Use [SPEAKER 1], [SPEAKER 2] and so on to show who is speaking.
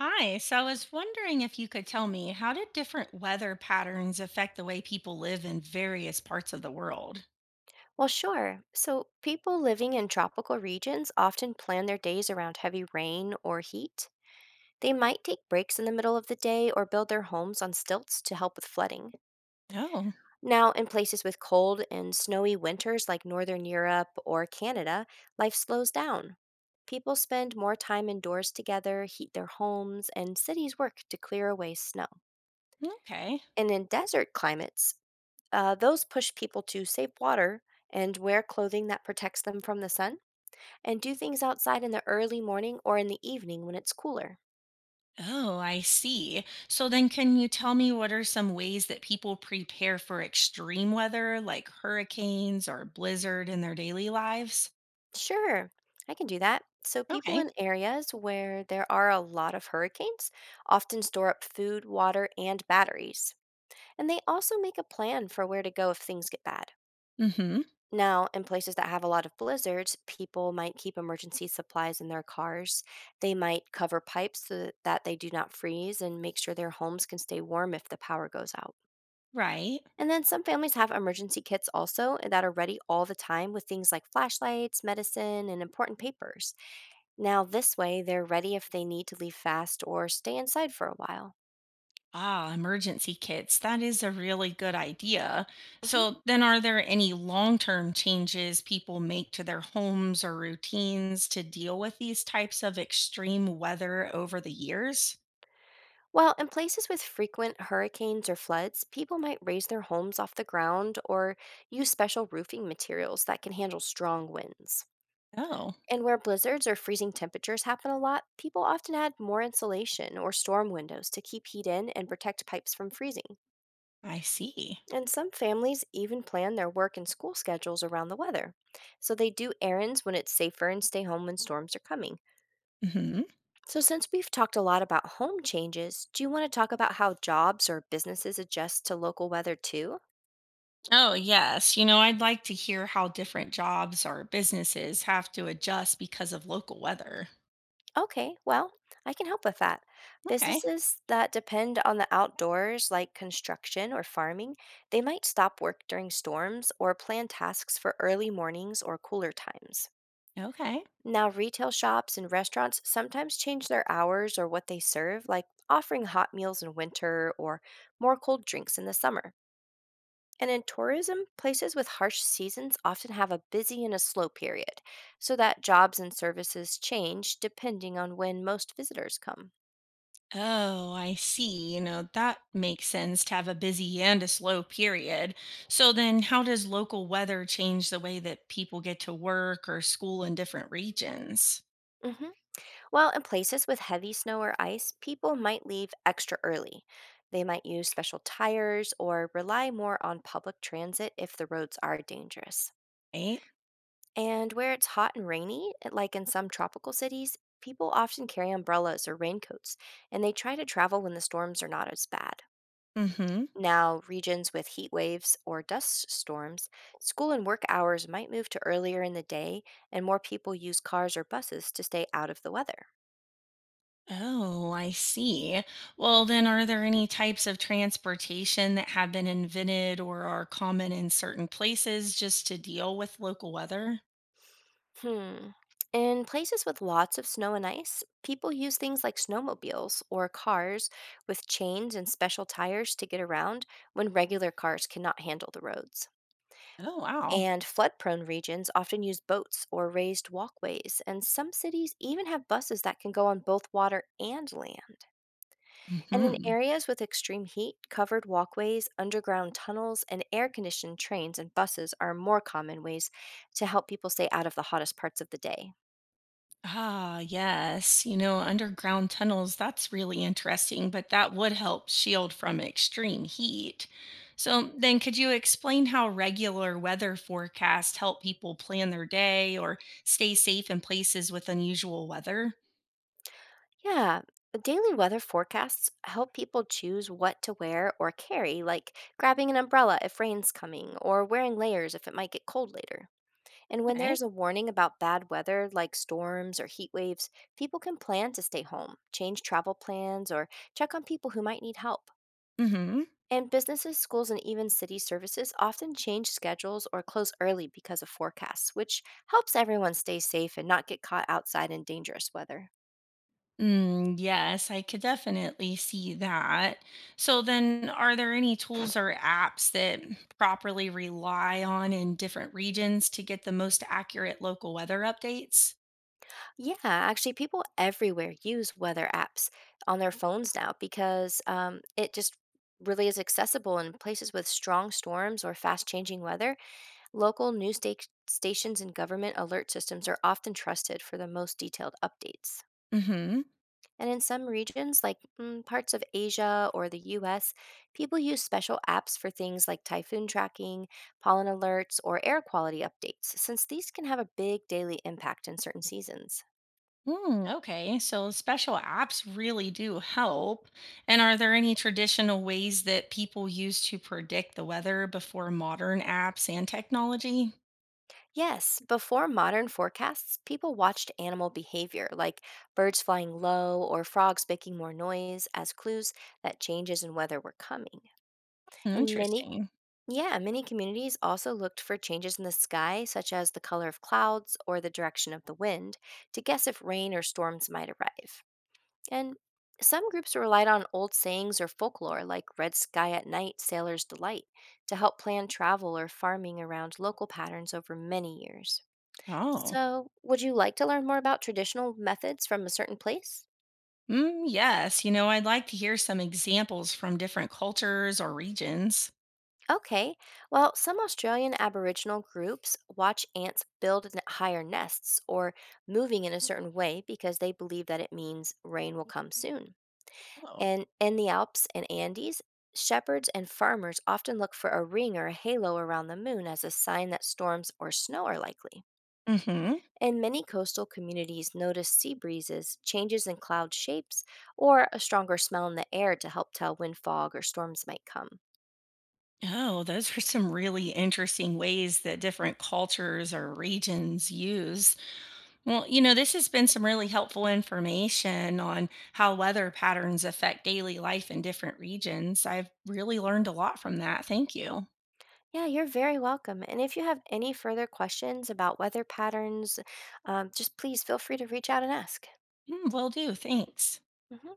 [SPEAKER 1] Hi, so I was wondering if you could tell me how do different weather patterns affect the way people live in various parts of the world?
[SPEAKER 2] Well, sure. So, people living in tropical regions often plan their days around heavy rain or heat. They might take breaks in the middle of the day or build their homes on stilts to help with flooding.
[SPEAKER 1] Oh,
[SPEAKER 2] Now, in places with cold and snowy winters like Northern Europe or Canada, life slows down. People spend more time indoors together, heat their homes, and cities work to clear away snow.
[SPEAKER 1] okay.
[SPEAKER 2] And in desert climates, those push people to save water and wear clothing that protects them from the sun and do things outside in the early morning or in the evening when it's cooler.
[SPEAKER 1] Oh, I see. So then, can you tell me what are some ways that people prepare for extreme weather like hurricanes or blizzard in their daily lives?
[SPEAKER 2] Sure, I can do that. So, people
[SPEAKER 1] Okay.
[SPEAKER 2] in areas where there are a lot of hurricanes often store up food, water, and batteries. And they also make a plan for where to go if things get bad.
[SPEAKER 1] Mm hmm.
[SPEAKER 2] Now, in places that have a lot of blizzards, people might keep emergency supplies in their cars. They might cover pipes so that they do not freeze and make sure their homes can stay warm if the power goes out.
[SPEAKER 1] Right.
[SPEAKER 2] And then some families have emergency kits also that are ready all the time with things like flashlights, medicine, and important papers. Now, this way, they're ready if they need to leave fast or stay inside for a while.
[SPEAKER 1] Ah, emergency kits. That is a really good idea.
[SPEAKER 2] Mhm.
[SPEAKER 1] So, then are there any long term changes people make to their homes or routines to deal with these types of extreme weather over the years?
[SPEAKER 2] Well, in places with frequent hurricanes or floods, people might raise their homes off the ground or use special roofing materials that can handle strong winds.
[SPEAKER 1] Oh,
[SPEAKER 2] And where blizzards or freezing temperatures happen a lot, people often add more insulation or storm windows to keep heat in and protect pipes from freezing.
[SPEAKER 1] I see.
[SPEAKER 2] And some families even plan their work and school schedules around the weather. So they do errands when it's safer and stay home when storms are coming.
[SPEAKER 1] Hmm.
[SPEAKER 2] So, since we've talked a lot about home changes, do you want to talk about how jobs or businesses adjust to local weather too?
[SPEAKER 1] Oh, yes. I'd like to hear how different jobs or businesses have to adjust because of local weather.
[SPEAKER 2] Okay, well, I can help with that.
[SPEAKER 1] Okay.
[SPEAKER 2] Businesses that depend on the outdoors, like construction or farming, they might stop work during storms or plan tasks for early mornings or cooler times.
[SPEAKER 1] Okay.
[SPEAKER 2] Now, retail shops and restaurants sometimes change their hours or what they serve, like offering hot meals in winter or more cold drinks in the summer. And in tourism, places with harsh seasons often have a busy and a slow period, so that jobs and services change depending on when most visitors come.
[SPEAKER 1] Oh, I see. That makes sense to have a busy and a slow period. So then, how does local weather change the way that people get to work or school in different regions?
[SPEAKER 2] Mhm. While in places with heavy snow or ice, people might leave extra early. They might use special tires or rely more on public transit if the roads are dangerous.
[SPEAKER 1] Right?
[SPEAKER 2] And where it's hot and rainy, like in some tropical cities, people often carry umbrellas or raincoats and they try to travel when the storms are not as bad.
[SPEAKER 1] Mm-hmm.
[SPEAKER 2] Now, regions with heat waves or dust storms, school and work hours might move to earlier in the day, and more people use cars or buses to stay out of the weather.
[SPEAKER 1] Oh, I see. Well, then, are there any types of transportation that have been invented or are common in certain places just to deal with local weather?
[SPEAKER 2] Hmm. In places with lots of snow and ice, people use things like snowmobiles or cars with chains and special tires to get around when regular cars cannot handle the roads.
[SPEAKER 1] Oh, wow.
[SPEAKER 2] And flood prone regions often use boats or raised walkways, and some cities even have buses that can go on both water and land. And in
[SPEAKER 1] Mm-hmm.
[SPEAKER 2] areas with extreme heat, covered walkways, underground tunnels, and air conditioned trains and buses are more common ways to help people stay out of the hottest parts of the day.
[SPEAKER 1] Ah, yes. Underground tunnels, that's really interesting, but that would help shield from extreme heat. So, then could you explain how regular weather forecasts help people plan their day or stay safe in places with unusual weather?
[SPEAKER 2] Yeah, daily weather forecasts help people choose what to wear or carry, like grabbing an umbrella if rain's coming, or wearing layers if it might get cold later. And when
[SPEAKER 1] Okay.
[SPEAKER 2] there's a warning about bad weather, like storms or heat waves, people can plan to stay home, change travel plans, or check on people who might need help.
[SPEAKER 1] Mm-hmm.
[SPEAKER 2] And businesses, schools, and even city services often change schedules or close early because of forecasts, which helps everyone stay safe and not get caught outside in dangerous weather.
[SPEAKER 1] Mm, yes, I could definitely see that. So, then are there any tools or apps that properly rely on in different regions to get the most accurate local weather updates?
[SPEAKER 2] Yeah, actually, people everywhere use weather apps on their phones now because it just really is accessible in places with strong storms or fast changing weather. Local news stations and government alert systems are often trusted for the most detailed updates.
[SPEAKER 1] Mm-hmm.
[SPEAKER 2] And in some regions, like parts of Asia or the US, people use special apps for things like typhoon tracking, pollen alerts, or air quality updates, since these can have a big daily impact in certain seasons.
[SPEAKER 1] Mm, okay, so special apps really do help. And are there any traditional ways that people use to predict the weather before modern apps and technology?
[SPEAKER 2] Yes, before modern forecasts, people watched animal behavior like birds flying low or frogs making more noise as clues that changes in weather were coming. And
[SPEAKER 1] Interesting.
[SPEAKER 2] yeah, many communities also looked for changes in the sky, such as the color of clouds or the direction of the wind, to guess if rain or storms might arrive. And some groups relied on old sayings or folklore like red sky at night, sailor's delight, to help plan travel or farming around local patterns over many years.
[SPEAKER 1] Oh,
[SPEAKER 2] So, would you like to learn more about traditional methods from a certain place?
[SPEAKER 1] mm, yes. I'd like to hear some examples from different cultures or regions.
[SPEAKER 2] Okay, well, some Australian Aboriginal groups watch ants build higher nests or moving in a certain way because they believe that it means rain will come soon.
[SPEAKER 1] Oh.
[SPEAKER 2] And in the Alps and Andes, shepherds and farmers often look for a ring or a halo around the moon as a sign that storms or snow are likely.
[SPEAKER 1] Mm-hmm.
[SPEAKER 2] And many coastal communities notice sea breezes, changes in cloud shapes, or a stronger smell in the air to help tell when fog or storms might come.
[SPEAKER 1] Oh, those are some really interesting ways that different cultures or regions use. Well, this has been some really helpful information on how weather patterns affect daily life in different regions. I've really learned a lot from that. Thank you.
[SPEAKER 2] Yeah, you're very welcome. And if you have any further questions about weather patterns, just please feel free to reach out and ask.
[SPEAKER 1] Mm, will do. Thanks.
[SPEAKER 2] Mhm.